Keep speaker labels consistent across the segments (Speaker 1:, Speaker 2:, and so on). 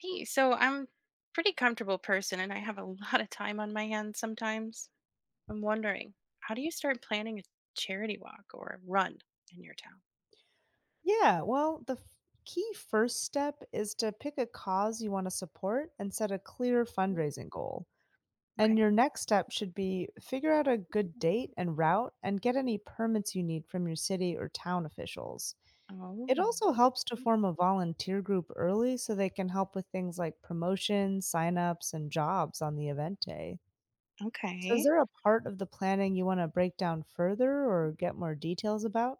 Speaker 1: Hey, so I'm a pretty comfortable person and I have a lot of time on my hands sometimes. I'm wondering, how do you start planning a charity walk or a run in your town?
Speaker 2: Yeah, well, key first step is to pick a cause you want to support and set a clear
Speaker 1: Mm.
Speaker 2: fundraising goal. And
Speaker 1: Okay.
Speaker 2: your next step should be figure out a good date and route and get any permits you need from your city or town officials.
Speaker 1: Oh,
Speaker 2: It also helps to form a volunteer group early so they can help with things like promotions, signups, and jobs on the event day. So, is
Speaker 1: okay.
Speaker 2: there a part of the planning you want to break down further or get more details about?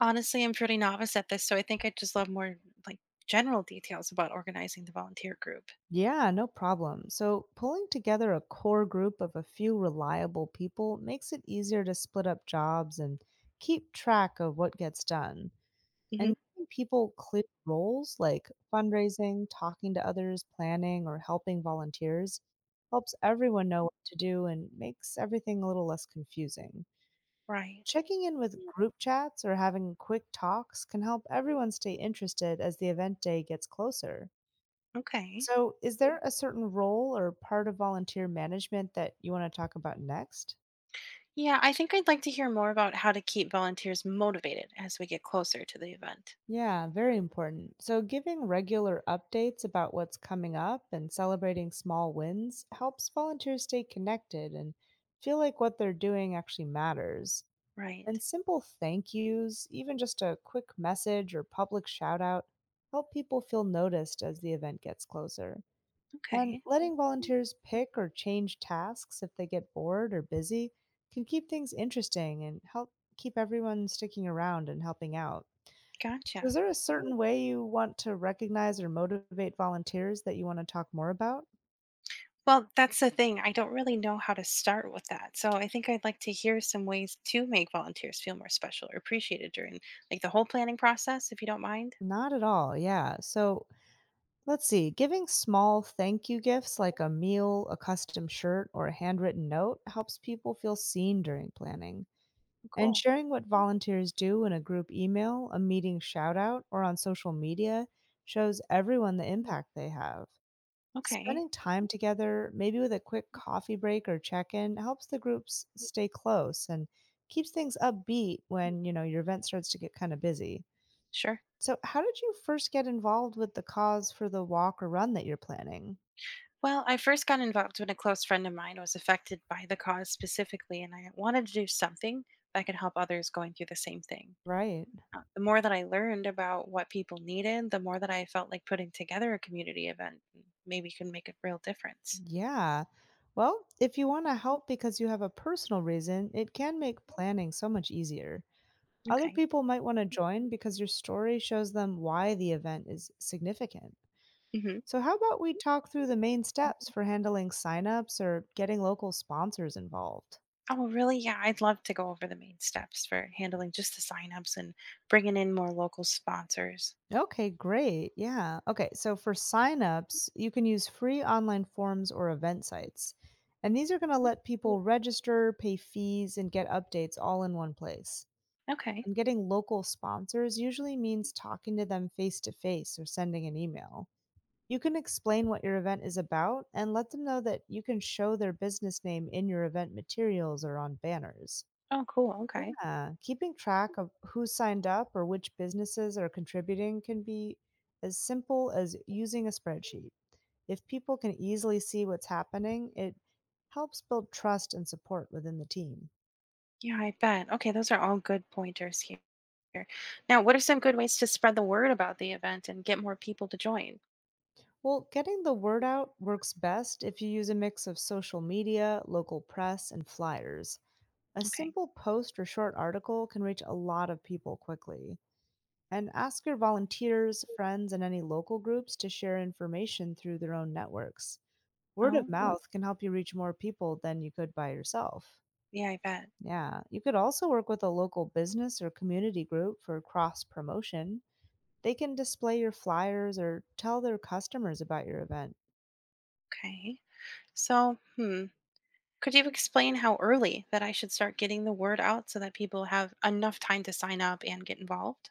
Speaker 1: Honestly, I'm pretty novice at this, so I think I'd just love more like general details about organizing the volunteer group.
Speaker 2: Yeah, no problem. So, pulling together a core group of a few reliable people makes it easier to split up jobs and keep track of what gets done.
Speaker 1: Hmm.
Speaker 2: And giving people clear roles like fundraising, talking to others, planning, or helping volunteers helps everyone know what to do and makes everything a little less confusing.
Speaker 1: Right.
Speaker 2: Checking in with group chats or having quick talks can help everyone stay interested as the event day gets closer.
Speaker 1: Okay.
Speaker 2: So, is there a certain role or part of volunteer management that you want to talk about next?
Speaker 1: Yeah, I think I'd like to hear more about how to keep volunteers motivated as we get closer to the event.
Speaker 2: Yeah, very important. So, giving regular updates about what's coming up and celebrating small wins helps volunteers stay connected and feel like what they're doing actually matters.
Speaker 1: Right.
Speaker 2: And simple thank yous, even just a quick message or public shout out, help people feel noticed as the event gets closer. And
Speaker 1: Okay.
Speaker 2: letting volunteers pick or change tasks if they get bored or busy can keep things interesting and help keep everyone sticking around and helping out. So, is
Speaker 1: Gotcha.
Speaker 2: there a certain way you want to recognize or motivate volunteers that you want to talk more about?
Speaker 1: Well, that's the thing. I don't really know how to start with that. So I think I'd like to hear some ways to make volunteers feel more special or appreciated during like the whole planning process, if you don't mind.
Speaker 2: Not at all, yeah. So, let's see, giving small thank you gifts like a meal, a custom shirt, or a handwritten note helps people feel seen during planning. And
Speaker 1: Cool.
Speaker 2: sharing what volunteers do in a group email, a meeting shout out, or on social media shows everyone the impact they have.
Speaker 1: Okay.
Speaker 2: Spending time together, maybe with a quick coffee break or check in, helps the groups stay close and keeps things upbeat when, you know, your event starts to get kind of busy.
Speaker 1: Sure.
Speaker 2: So, how did you first get involved with the cause for the walk or run that you're planning?
Speaker 1: Well, I first got involved when a close friend of mine was affected by the cause specifically, and I wanted to do something that could help others going through the same thing.
Speaker 2: Right.
Speaker 1: The more that I learned about what people needed, the more that I felt like putting together a community event maybe could make a real difference.
Speaker 2: Yeah. Well, if you want to help because you have a personal reason, it can make planning so much easier. Other
Speaker 1: Okay.
Speaker 2: people might want to join because your story shows them why the event is significant.
Speaker 1: Hmm.
Speaker 2: So, how about we talk through the main steps for handling signups or getting local sponsors involved?
Speaker 1: Oh, really? Yeah, I'd love to go over the main steps for handling just the signups and bringing in more local sponsors.
Speaker 2: Okay, great. Yeah. Okay, so for signups, you can use free online forms or event sites. And these are going to let people register, pay fees, and get updates all in one place.
Speaker 1: Okay.
Speaker 2: And getting local sponsors usually means talking to them face to face or sending an email. You can explain what your event is about and let them know that you can show their business name in your event materials or on banners.
Speaker 1: Oh, cool. Okay.
Speaker 2: Yeah, keeping track of who signed up or which businesses are contributing can be as simple as using a spreadsheet. If people can easily see what's happening, it helps build trust and support within the team.
Speaker 1: Yeah, I bet. Okay, those are all good pointers here. Sure. Now, what are some good ways to spread the word about the event and get more people to join?
Speaker 2: Well, getting the word out works best if you use a mix of social media, local press, and flyers. A
Speaker 1: Okay.
Speaker 2: simple post or short article can reach a lot of people quickly. And ask your volunteers, friends, and any local groups to share information through their own networks. Word of
Speaker 1: Oh, yeah.
Speaker 2: mouth can help you reach more people than you could by yourself.
Speaker 1: Yeah, I bet.
Speaker 2: Yeah, you could also work with a local business or community group for cross promotion. They can display your flyers or tell their customers about your event.
Speaker 1: Okay. So, Could you explain how early that I should start getting the word out so that people have enough time to sign up and get involved?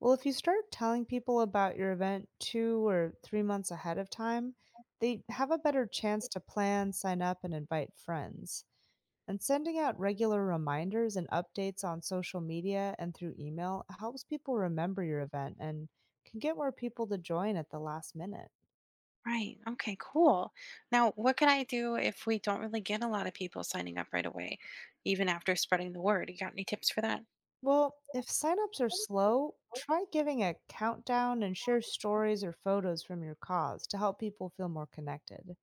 Speaker 2: Well, if you start telling people about your event 2 or 3 months ahead of time, they have a better chance to plan, sign up, and invite friends. And sending out regular reminders and updates on social media and through email helps people remember your event and can get more people to join at the last minute.
Speaker 1: Right. Okay, cool. Now, what could I do if we don't really get a lot of people signing up right away, even after spreading the word? You got any tips for that?
Speaker 2: Well, if signups are slow, try giving a countdown and share stories or photos from your cause to help people feel more connected.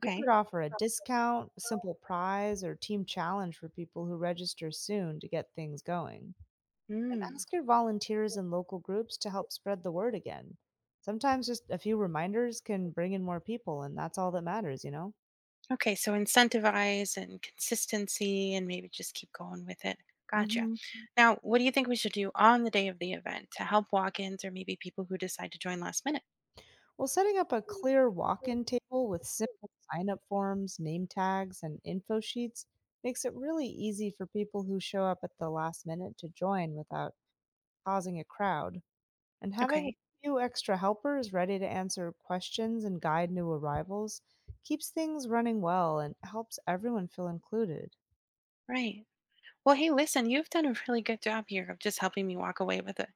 Speaker 2: You could offer a discount, simple prize, or team challenge for people who register soon to get things going. And
Speaker 1: Mm.
Speaker 2: ask your volunteers and local groups to help spread the word again. Sometimes just a few reminders can bring in more people, and that's all that matters, you know?
Speaker 1: Okay, so incentivize and consistency and maybe just keep going with it. Gotcha.
Speaker 2: Hmm.
Speaker 1: Now, what do you think we should do on the day of the event to help walk ins or maybe people who decide to join last minute?
Speaker 2: Well, setting up a clear walk in table with simple sign up forms, name tags, and info sheets makes it really easy for people who show up at the last minute to join without causing a crowd. And having a
Speaker 1: Okay,
Speaker 2: few extra helpers ready to answer questions and guide new arrivals keeps things running well and helps everyone feel included.
Speaker 1: right. Well, hey, listen, you've done a really good job here of just helping me walk away with a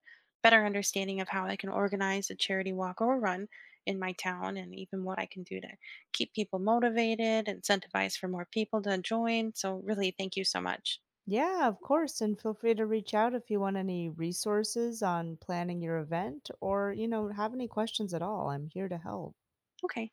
Speaker 1: better understanding of how I can organize a charity walk or run in my town and even what I can do to keep people motivated, incentivize for more people to join. So, really, thank you so much.
Speaker 2: Yeah, of course, and feel free to reach out if you want any resources on planning your event or, you know, have any questions at all. I'm here to help.
Speaker 1: Okay.